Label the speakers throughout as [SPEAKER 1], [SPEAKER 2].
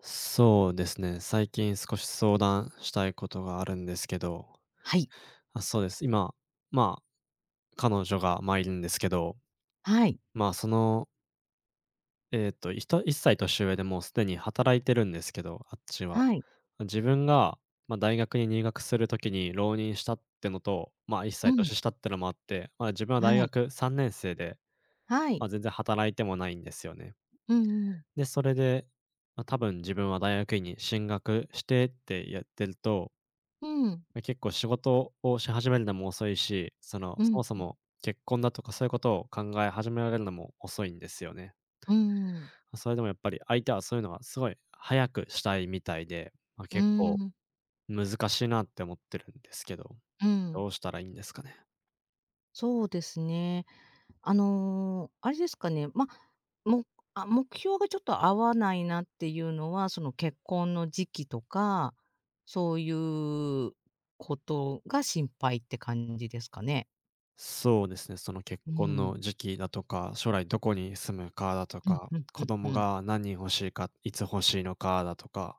[SPEAKER 1] そうですね。最近少し相談したいことがあるんですけど、
[SPEAKER 2] はい。
[SPEAKER 1] あ、そうです。今、まあ、彼女が、いるんですけど、
[SPEAKER 2] はい。
[SPEAKER 1] まあ、その、1歳年上でもうすでに働いてるんですけど、あっちは。
[SPEAKER 2] はい。
[SPEAKER 1] 自分が、大学に入学するときに浪人したってのと、1
[SPEAKER 2] う
[SPEAKER 1] 歳
[SPEAKER 2] ん。
[SPEAKER 1] 年下ってのもあって、自分は
[SPEAKER 2] は
[SPEAKER 1] 大
[SPEAKER 2] い。
[SPEAKER 1] 学3年生で、
[SPEAKER 2] はい。
[SPEAKER 1] 全然働いてもないんですよね。
[SPEAKER 2] うんうん。
[SPEAKER 1] で、それで、多分自分は大学院に進学してってやってると
[SPEAKER 2] うん。
[SPEAKER 1] 結構仕事をし始めるのも遅いし、その、
[SPEAKER 2] う
[SPEAKER 1] そ
[SPEAKER 2] ん。
[SPEAKER 1] もそも結婚だとかそういうことを考え始められるのも遅いんですよね。
[SPEAKER 2] うん。
[SPEAKER 1] それでもやっぱり相手はそういうのはすごい早くしたいみたいで、
[SPEAKER 2] う
[SPEAKER 1] 結構
[SPEAKER 2] ん。
[SPEAKER 1] 難しいなって思ってるんですけど、
[SPEAKER 2] う
[SPEAKER 1] ど
[SPEAKER 2] ん。
[SPEAKER 1] うしたらいいんですかね。
[SPEAKER 2] そうですね。あの、あれですかね、ま、も目標がちょっと合わないなっていうのは、その結婚の時期とか、そういうことが心配って感じですかね？
[SPEAKER 1] そうですね、その結
[SPEAKER 2] う
[SPEAKER 1] 婚
[SPEAKER 2] ん。
[SPEAKER 1] の時期だとか、将来どこに住むかだと
[SPEAKER 2] うん
[SPEAKER 1] か、
[SPEAKER 2] うん
[SPEAKER 1] 子
[SPEAKER 2] う
[SPEAKER 1] 供
[SPEAKER 2] んうん。
[SPEAKER 1] が何人欲しいか、いつ欲しいのかだとか、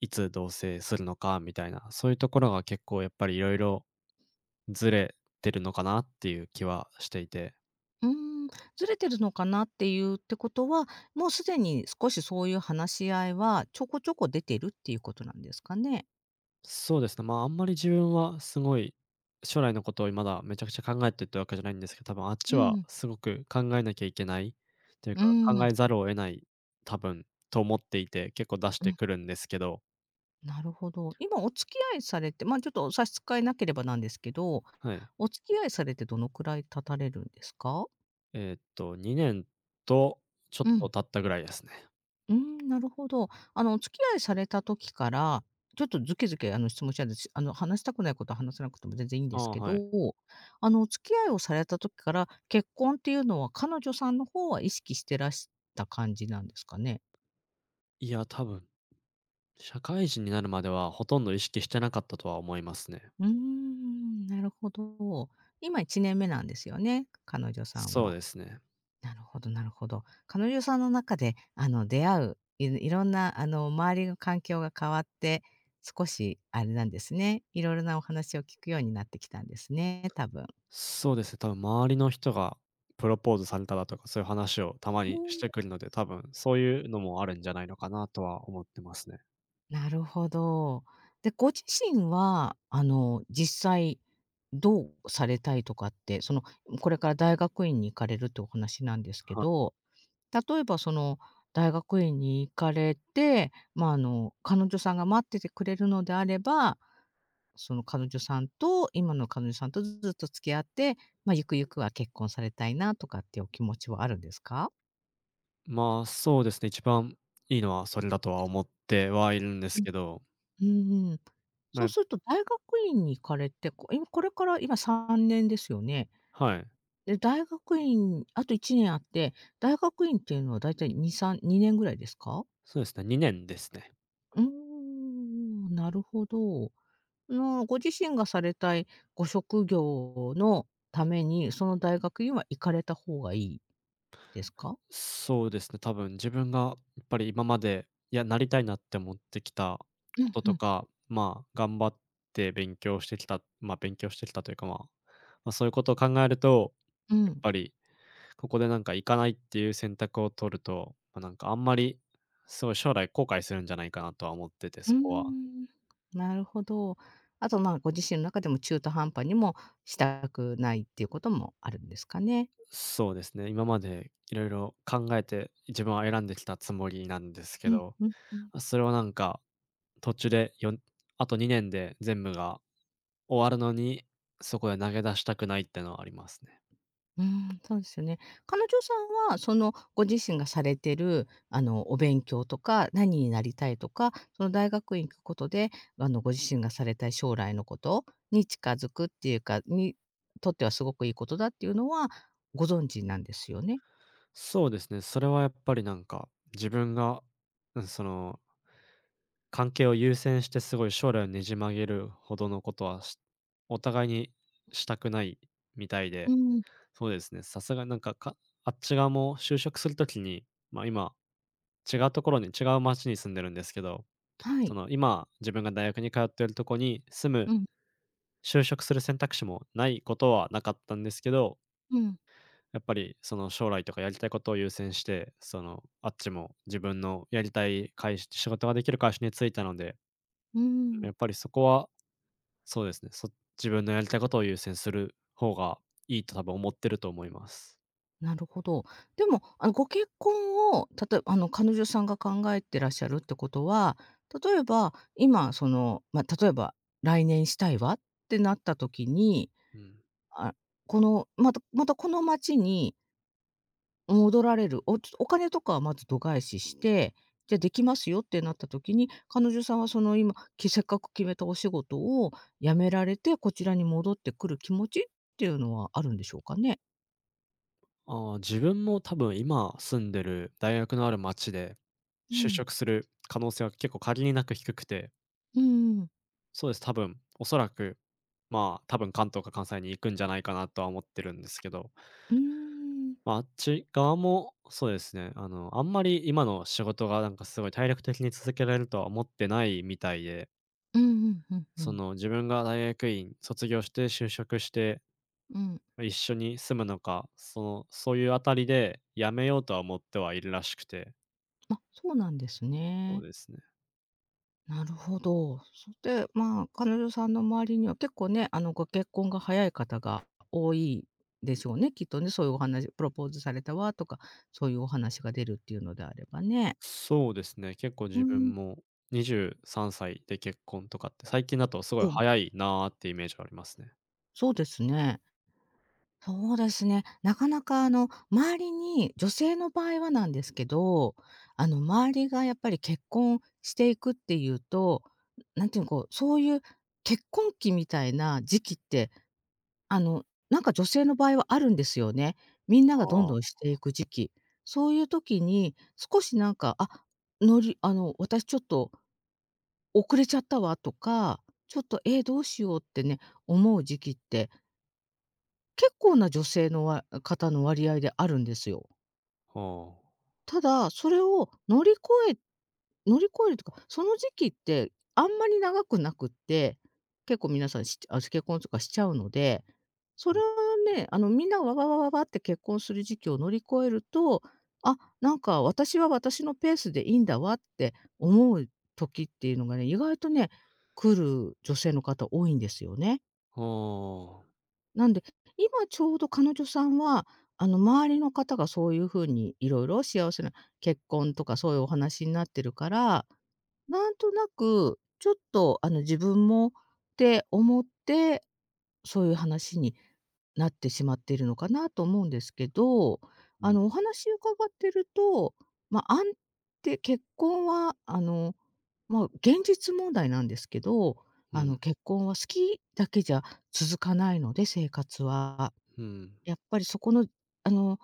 [SPEAKER 1] いつ同棲するのかみたいな、そういうところが結構やっぱり色々ずれてるのかなっていう気はしていて。
[SPEAKER 2] うーん、ずれてるのかなっていうってことは、もうすでに少しそういう話し合いはちょこちょこ出てるっていうことなんですかね？
[SPEAKER 1] そうですね、あんまり自分はすごい、将来のことをまだめちゃくちゃ考えてってわけじゃないんですけど、多分あっち
[SPEAKER 2] う
[SPEAKER 1] は
[SPEAKER 2] ん、
[SPEAKER 1] すごく考えなきゃいけないという
[SPEAKER 2] う
[SPEAKER 1] か、考え
[SPEAKER 2] ん、
[SPEAKER 1] ざるを得ない、多分と思っていて、結構出し
[SPEAKER 2] う
[SPEAKER 1] て
[SPEAKER 2] ん、
[SPEAKER 1] くるんですけど、
[SPEAKER 2] なるほど。今お付き合いされて、ま、ちょっと差し支えなければなんですけど、
[SPEAKER 1] はい。
[SPEAKER 2] お付き合いされてどのくらい経たれるんですか？
[SPEAKER 1] 2年とちょ
[SPEAKER 2] う
[SPEAKER 1] っと
[SPEAKER 2] ん。
[SPEAKER 1] 経ったぐらいですね。
[SPEAKER 2] うーん、なるほど。あの、お付き合いされた時から、ちょっとズケズケ、あの、質問しちゃうんです。あの、話したくないことは話さなくても全然いいん
[SPEAKER 1] あ
[SPEAKER 2] です
[SPEAKER 1] あ、
[SPEAKER 2] けど、
[SPEAKER 1] はい。
[SPEAKER 2] あの、お付き合いをされた時から、結婚っていうのは彼女さんの方は意識してらした感じなんですかね？
[SPEAKER 1] いや、多分社会人になるまでは、ほとんど意識してなかったとは思いますね。
[SPEAKER 2] うーん、なるほど。今1年目なんですよね？彼女さん
[SPEAKER 1] そう
[SPEAKER 2] は。
[SPEAKER 1] ですね。
[SPEAKER 2] なるほどなるほど。彼女さんの中で、あの、出会う、いろんな、あの、周りの環境が変わって、少しあれなんですね、いろいろなお話を聞くようになってきたんですね、多分。
[SPEAKER 1] そうですね、多分周りの人がプロポーズされただとか、そういう話をたま
[SPEAKER 2] う
[SPEAKER 1] にし
[SPEAKER 2] ん。
[SPEAKER 1] てくるので、多分そういうのもあるんじゃないのかなとは思ってますね。
[SPEAKER 2] なるほど。で、ご自身は、あの、実際どうされたいとかって、その、これから大学院に行かれるってお話なんですけ
[SPEAKER 1] はい。
[SPEAKER 2] ど、例えば、その、大学院に行かれて、まあ、あの、彼女さんが待っててくれるのであればその彼女さんと、今の彼女さんとずっと付き合って、まあ、ゆくゆくは結婚されたいなとかっていうお気持ちはあるんですか？
[SPEAKER 1] そうですね、一番いいのはそれだとは思ってはいるんです
[SPEAKER 2] うん、
[SPEAKER 1] けど、
[SPEAKER 2] うんうん。
[SPEAKER 1] ま
[SPEAKER 2] そう
[SPEAKER 1] あ、
[SPEAKER 2] すると大学院に行かれて、今これから今3年ですよね。
[SPEAKER 1] はい、
[SPEAKER 2] で、大学院あと1年あって、大学院っていうのはだいたい2、3、2年ぐらいですか？
[SPEAKER 1] そうですね、2年ですね。
[SPEAKER 2] うーん、なるほど。の、ご自身がされたいご職業のために、その大学院は行かれた方がいいですか？
[SPEAKER 1] そうですね、多分自分がやっぱり今まで、いや、なりたいなって思ってきた
[SPEAKER 2] う
[SPEAKER 1] こ
[SPEAKER 2] ん
[SPEAKER 1] と
[SPEAKER 2] う
[SPEAKER 1] と
[SPEAKER 2] ん。
[SPEAKER 1] か、頑張って勉強してきた、勉強してきたというか、そういうことを考えると、
[SPEAKER 2] う
[SPEAKER 1] やっ
[SPEAKER 2] ん。
[SPEAKER 1] ぱりここでなんか行かないっていう選択を取ると、なんかあんまり、すごい将来後悔するんじゃないかなとは思ってて、
[SPEAKER 2] うー
[SPEAKER 1] そこは。
[SPEAKER 2] ん。なるほど。あと、まあ、ご自身の中でも中途半端にもしたくないっていうこともあるんですかね。
[SPEAKER 1] そうですね、今までいろいろ考えて、自分は選んできたつもりなんですけ
[SPEAKER 2] うん、
[SPEAKER 1] ど、
[SPEAKER 2] うん、うん。
[SPEAKER 1] それをなんか途中でよんあと2年で全部が終わるのに、そこで投げ出したくないってのはありますね。
[SPEAKER 2] うーん、そうですよね。彼女さんは、その、ご自身がされてる、あの、お勉強とか、何になりたいとか、その大学院行くことで、あの、ご自身がされたい将来のことに近づくっていうか、にとってはすごくいいことだっていうのはご存知なんですよね。
[SPEAKER 1] そうですね、それはやっぱりなんか、自分が、うん、その関係を優先してすごい将来をねじ曲げるほどのことはお互いにしたくないみたい
[SPEAKER 2] う
[SPEAKER 1] で、
[SPEAKER 2] ん。
[SPEAKER 1] そうですね、さすがになんか、あっち側も就職するときに、今、違うところに違う町に住んでるんですけど、
[SPEAKER 2] は
[SPEAKER 1] そ
[SPEAKER 2] い。
[SPEAKER 1] の今、自分が大学に通っているところに住む、
[SPEAKER 2] うん、
[SPEAKER 1] 就職する選択肢もないことはなかったんですけど、
[SPEAKER 2] うん、
[SPEAKER 1] やっぱりその将来とかやりたいことを優先して、その、あっちも自分のやりたい会社仕事ができる会社に就いたので、
[SPEAKER 2] う
[SPEAKER 1] や
[SPEAKER 2] ん。
[SPEAKER 1] っぱりそこはそうですね。自分のやりたいことを優先する方がいいと多分思ってると思います。
[SPEAKER 2] なるほど。でも、あの、ご結婚を、例えばあの、彼女さんが考えてらっしゃるってことは、例えば、今、その、まあ、例えば「来年したいわ」ってなった時に、
[SPEAKER 1] うん。
[SPEAKER 2] あ、この、またまたこの町に戻られる、お金とかはまず度外視して、じゃ、できますよってなった時に、彼女さんはその今、せっかく決めたお仕事を辞められて、こちらに戻ってくる気持ちっていうのはあるんでしょうかね？
[SPEAKER 1] ああ、自分も多分今住んでる大学のある町で
[SPEAKER 2] う
[SPEAKER 1] 就
[SPEAKER 2] ん、
[SPEAKER 1] 職する可能性は結構限りなく低くて、
[SPEAKER 2] うんうん。
[SPEAKER 1] そうです、多分おそらく、多分関東か関西に行くんじゃないかなとは思ってるんですけど、
[SPEAKER 2] うーん。
[SPEAKER 1] あっち側もそうですね、あの、あんまり今の仕事がなんかすごい体力的に続けられるとは思ってないみたいで、
[SPEAKER 2] うんうんうんう
[SPEAKER 1] そ
[SPEAKER 2] ん。
[SPEAKER 1] の自分が大学院卒業して就職して
[SPEAKER 2] うん。
[SPEAKER 1] 一緒に住むのか、その、そういうあたりで辞めようとは思ってはいるらしくて、
[SPEAKER 2] あ、そうなんです
[SPEAKER 1] そう
[SPEAKER 2] ね。
[SPEAKER 1] ですね。
[SPEAKER 2] なるほど。それで、まあ、彼女さんの周りには結構ね、あの、ご結婚が早い方が多いでしょうね、きっとね。そういうお話プロポーズされたわとか、そういうお話が出るっていうのであればね。
[SPEAKER 1] そうですね、結構
[SPEAKER 2] う
[SPEAKER 1] 自
[SPEAKER 2] ん、
[SPEAKER 1] 分も23歳で結婚とかって、最近だとすごい
[SPEAKER 2] うん、
[SPEAKER 1] 早いなってイメージはありますね。
[SPEAKER 2] そうですね。そうですね。なかなかあの、周りに女性の場合はなんですけど、あの、周りがやっぱり結婚していくっていうと、なんていうの、こう、そういう結婚期みたいな時期って、あの、なんか女性の場合はあるんですよね。みんながどんどん
[SPEAKER 1] あ
[SPEAKER 2] していく時期。そういう時に少しなんか、あ、のりあの、私ちょっと遅れちゃったわとか、ちょっと、どうしようってね、思う時期って結構な女性の方の割合であるんですよ。
[SPEAKER 1] あ、はあ。
[SPEAKER 2] ただ、それをえ乗り越えるとか、その時期ってあんまり長くなくって、結構皆さん、結婚とかしちゃうので、そ
[SPEAKER 1] う
[SPEAKER 2] れ
[SPEAKER 1] ん、
[SPEAKER 2] はね、あの、みんなわわわわわって結婚する時期を乗り越えると、あ、なんか私は私のペースでいいんだわって思う時っていうのがね、意外とね、来る女性の方多いんですよね。
[SPEAKER 1] はあ。
[SPEAKER 2] なんで、今ちょうど彼女さんは、あの、周りの方がそういう風にいろいろ幸せな結婚とかそういうお話になってるからなんとなく、ちょっと、あの、自分もって思って、そういう話になってしまっているのかなと思うんですけど、
[SPEAKER 1] う
[SPEAKER 2] あ
[SPEAKER 1] ん、
[SPEAKER 2] の、お話伺ってると、まあ、安定結婚は、あの、まあ、現実問題なんですけど、
[SPEAKER 1] う
[SPEAKER 2] あ
[SPEAKER 1] ん、
[SPEAKER 2] の、結婚は好きだけじゃ続かないので、生活は。
[SPEAKER 1] ふん、
[SPEAKER 2] やっぱりそこの、あの、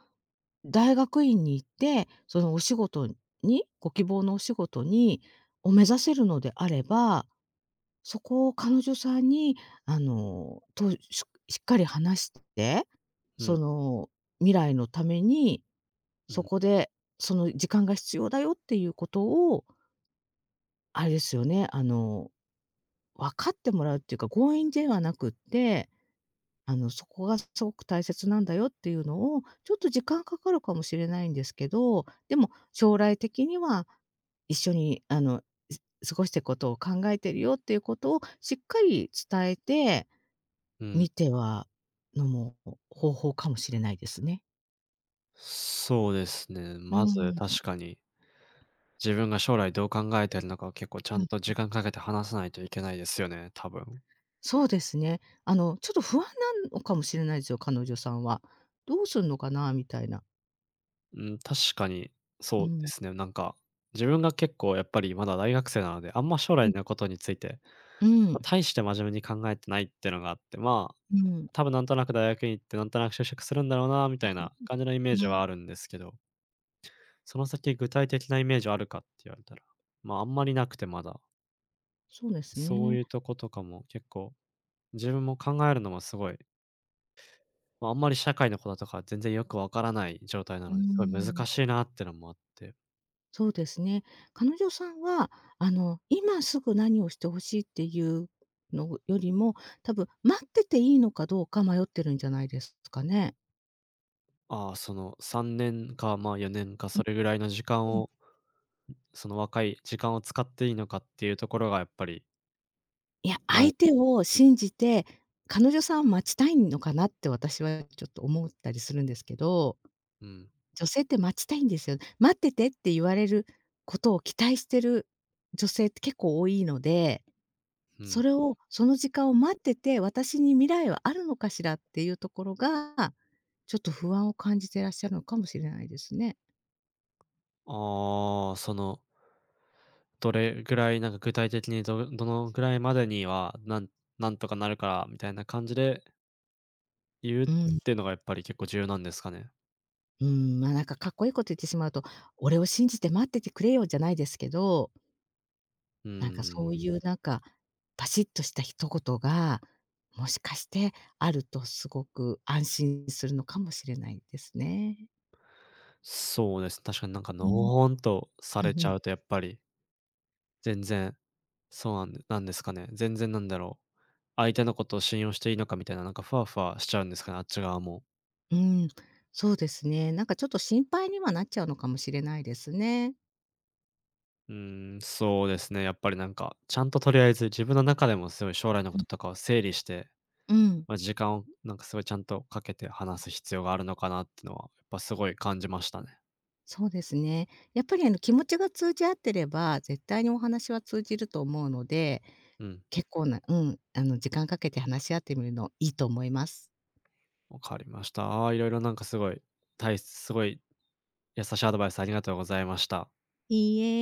[SPEAKER 2] 大学院に行って、そのお仕事にご希望のお仕事にを目指せるのであれば、そこを彼女さんに、あの、しっかり話して、
[SPEAKER 1] うん、
[SPEAKER 2] その未来のために、
[SPEAKER 1] う
[SPEAKER 2] そ
[SPEAKER 1] ん、
[SPEAKER 2] こでその時間が必要だよっていうことを、あれですよね、あの、分かってもらうっていうか、強引ではなくってあの、そこがすごく大切なんだよっていうのを、ちょっと時間かかるかもしれないんですけど、でも将来的には一緒に、あの、す過ごしていくことを考えてるよっていうことをしっかり伝えて
[SPEAKER 1] うん。
[SPEAKER 2] みてはのも方法かもしれないですね。
[SPEAKER 1] そうですね、
[SPEAKER 2] う
[SPEAKER 1] まず
[SPEAKER 2] ん、
[SPEAKER 1] 確かに自分が将来どう考えてるのかを結構ちゃ
[SPEAKER 2] う
[SPEAKER 1] ん
[SPEAKER 2] ん、
[SPEAKER 1] と時間かけて話さないといけないですよね、多分。
[SPEAKER 2] そうですね。あの、ちょっと不安なのかもしれないですよ、彼女さんは。どうすんのかなみたいな。
[SPEAKER 1] うん、確かに
[SPEAKER 2] う
[SPEAKER 1] そうで
[SPEAKER 2] ん。
[SPEAKER 1] すね。なんか、自分が結構やっぱりまだ大学生なので、あんま将
[SPEAKER 2] う
[SPEAKER 1] 来
[SPEAKER 2] ん。
[SPEAKER 1] のことについて、
[SPEAKER 2] うん。
[SPEAKER 1] 大して真面目に考えてないってのがあって、
[SPEAKER 2] うん。
[SPEAKER 1] 多分なんとなく大学に行ってなんとなく就職するんだろうなみたいな感じのイメー
[SPEAKER 2] う
[SPEAKER 1] ジ
[SPEAKER 2] ん。
[SPEAKER 1] はあるんですけど、その先具体的なイメージあるかって言われたら、あんまりなくてまだ、
[SPEAKER 2] そうです
[SPEAKER 1] そうい
[SPEAKER 2] ね。
[SPEAKER 1] うとことかも結構自分も考えるのもすごいあんまり社会のこととか全然よくわからない状態な
[SPEAKER 2] う
[SPEAKER 1] ので、すごい
[SPEAKER 2] ん。
[SPEAKER 1] 難しいなってのもあって、
[SPEAKER 2] そうですね。彼女さんは、あの、今すぐ何をしてほしいっていうのよりも、多分待ってていいのかどうか迷ってるんじゃないですかね。
[SPEAKER 1] ああ、その3年か、4年かそれぐらいの時間
[SPEAKER 2] うん。
[SPEAKER 1] を、その若い時間を使っていいのかっていうところがやっぱり、
[SPEAKER 2] いや、
[SPEAKER 1] ま
[SPEAKER 2] 相手を信じて、彼女さんを待ちたいのかなって私はちょっと思ったりするんですけど、
[SPEAKER 1] うん
[SPEAKER 2] 女性って待ちたいんですよ。待っててって言われることを期待してる女性って結構多いので
[SPEAKER 1] う
[SPEAKER 2] そ
[SPEAKER 1] ん。
[SPEAKER 2] れを、その時間を待ってて、私に未来はあるのかしらっていうところが、ちょっと不安を感じてらっしゃるのかもしれないですね。
[SPEAKER 1] ああ、その、どれぐらい、なんか具体的にどのぐらいまでには、なんとかなるからみたいな感じで言うっ
[SPEAKER 2] うん。
[SPEAKER 1] ていうのがやっぱり結構重要なんですかね。
[SPEAKER 2] うん、まあ、なんかかっこいいこと言ってしまうと、「俺を信じて待っててくれよ」じゃないですけど、
[SPEAKER 1] うんう
[SPEAKER 2] なんかそ
[SPEAKER 1] ん。
[SPEAKER 2] ういうなんか、バシッとした一言が、もしかしてあるとすごく安心するのかもしれないですね。
[SPEAKER 1] そうです。確かになんか
[SPEAKER 2] う
[SPEAKER 1] の
[SPEAKER 2] ん、
[SPEAKER 1] ほほんとさ
[SPEAKER 2] うん
[SPEAKER 1] れ
[SPEAKER 2] うん。
[SPEAKER 1] ち
[SPEAKER 2] う
[SPEAKER 1] ゃ
[SPEAKER 2] ん
[SPEAKER 1] うとやっぱり、全然そうなんでなんですかね。全然なんだろう、相手のことを信用していいのかみたいな、なんかふわふわしちゃうんですかね、あっち側も。
[SPEAKER 2] うん、そうですね。なんかちょっと心配にはなっちゃうのかもしれないですね。
[SPEAKER 1] うーん、そうですね、やっぱりなんか、ちゃんととりあえず自分の中でもすごい将来のこととかを整理して、
[SPEAKER 2] うん、
[SPEAKER 1] 時間をなんかすごいちゃんとかけて話す必要があるのかなっていうのは、やっぱすごい感じましたね。
[SPEAKER 2] そうですね。やっぱりあの気持ちが通じ合ってれば、絶対にお話は通じると思うので、
[SPEAKER 1] うん、
[SPEAKER 2] 結構なうん、あの時間かけて話し合ってみるのいいと思います。
[SPEAKER 1] わかりました。ああ、いろいろなんかすごい、たいすごい優しいアドバイスありがとうございました。
[SPEAKER 2] いいえ。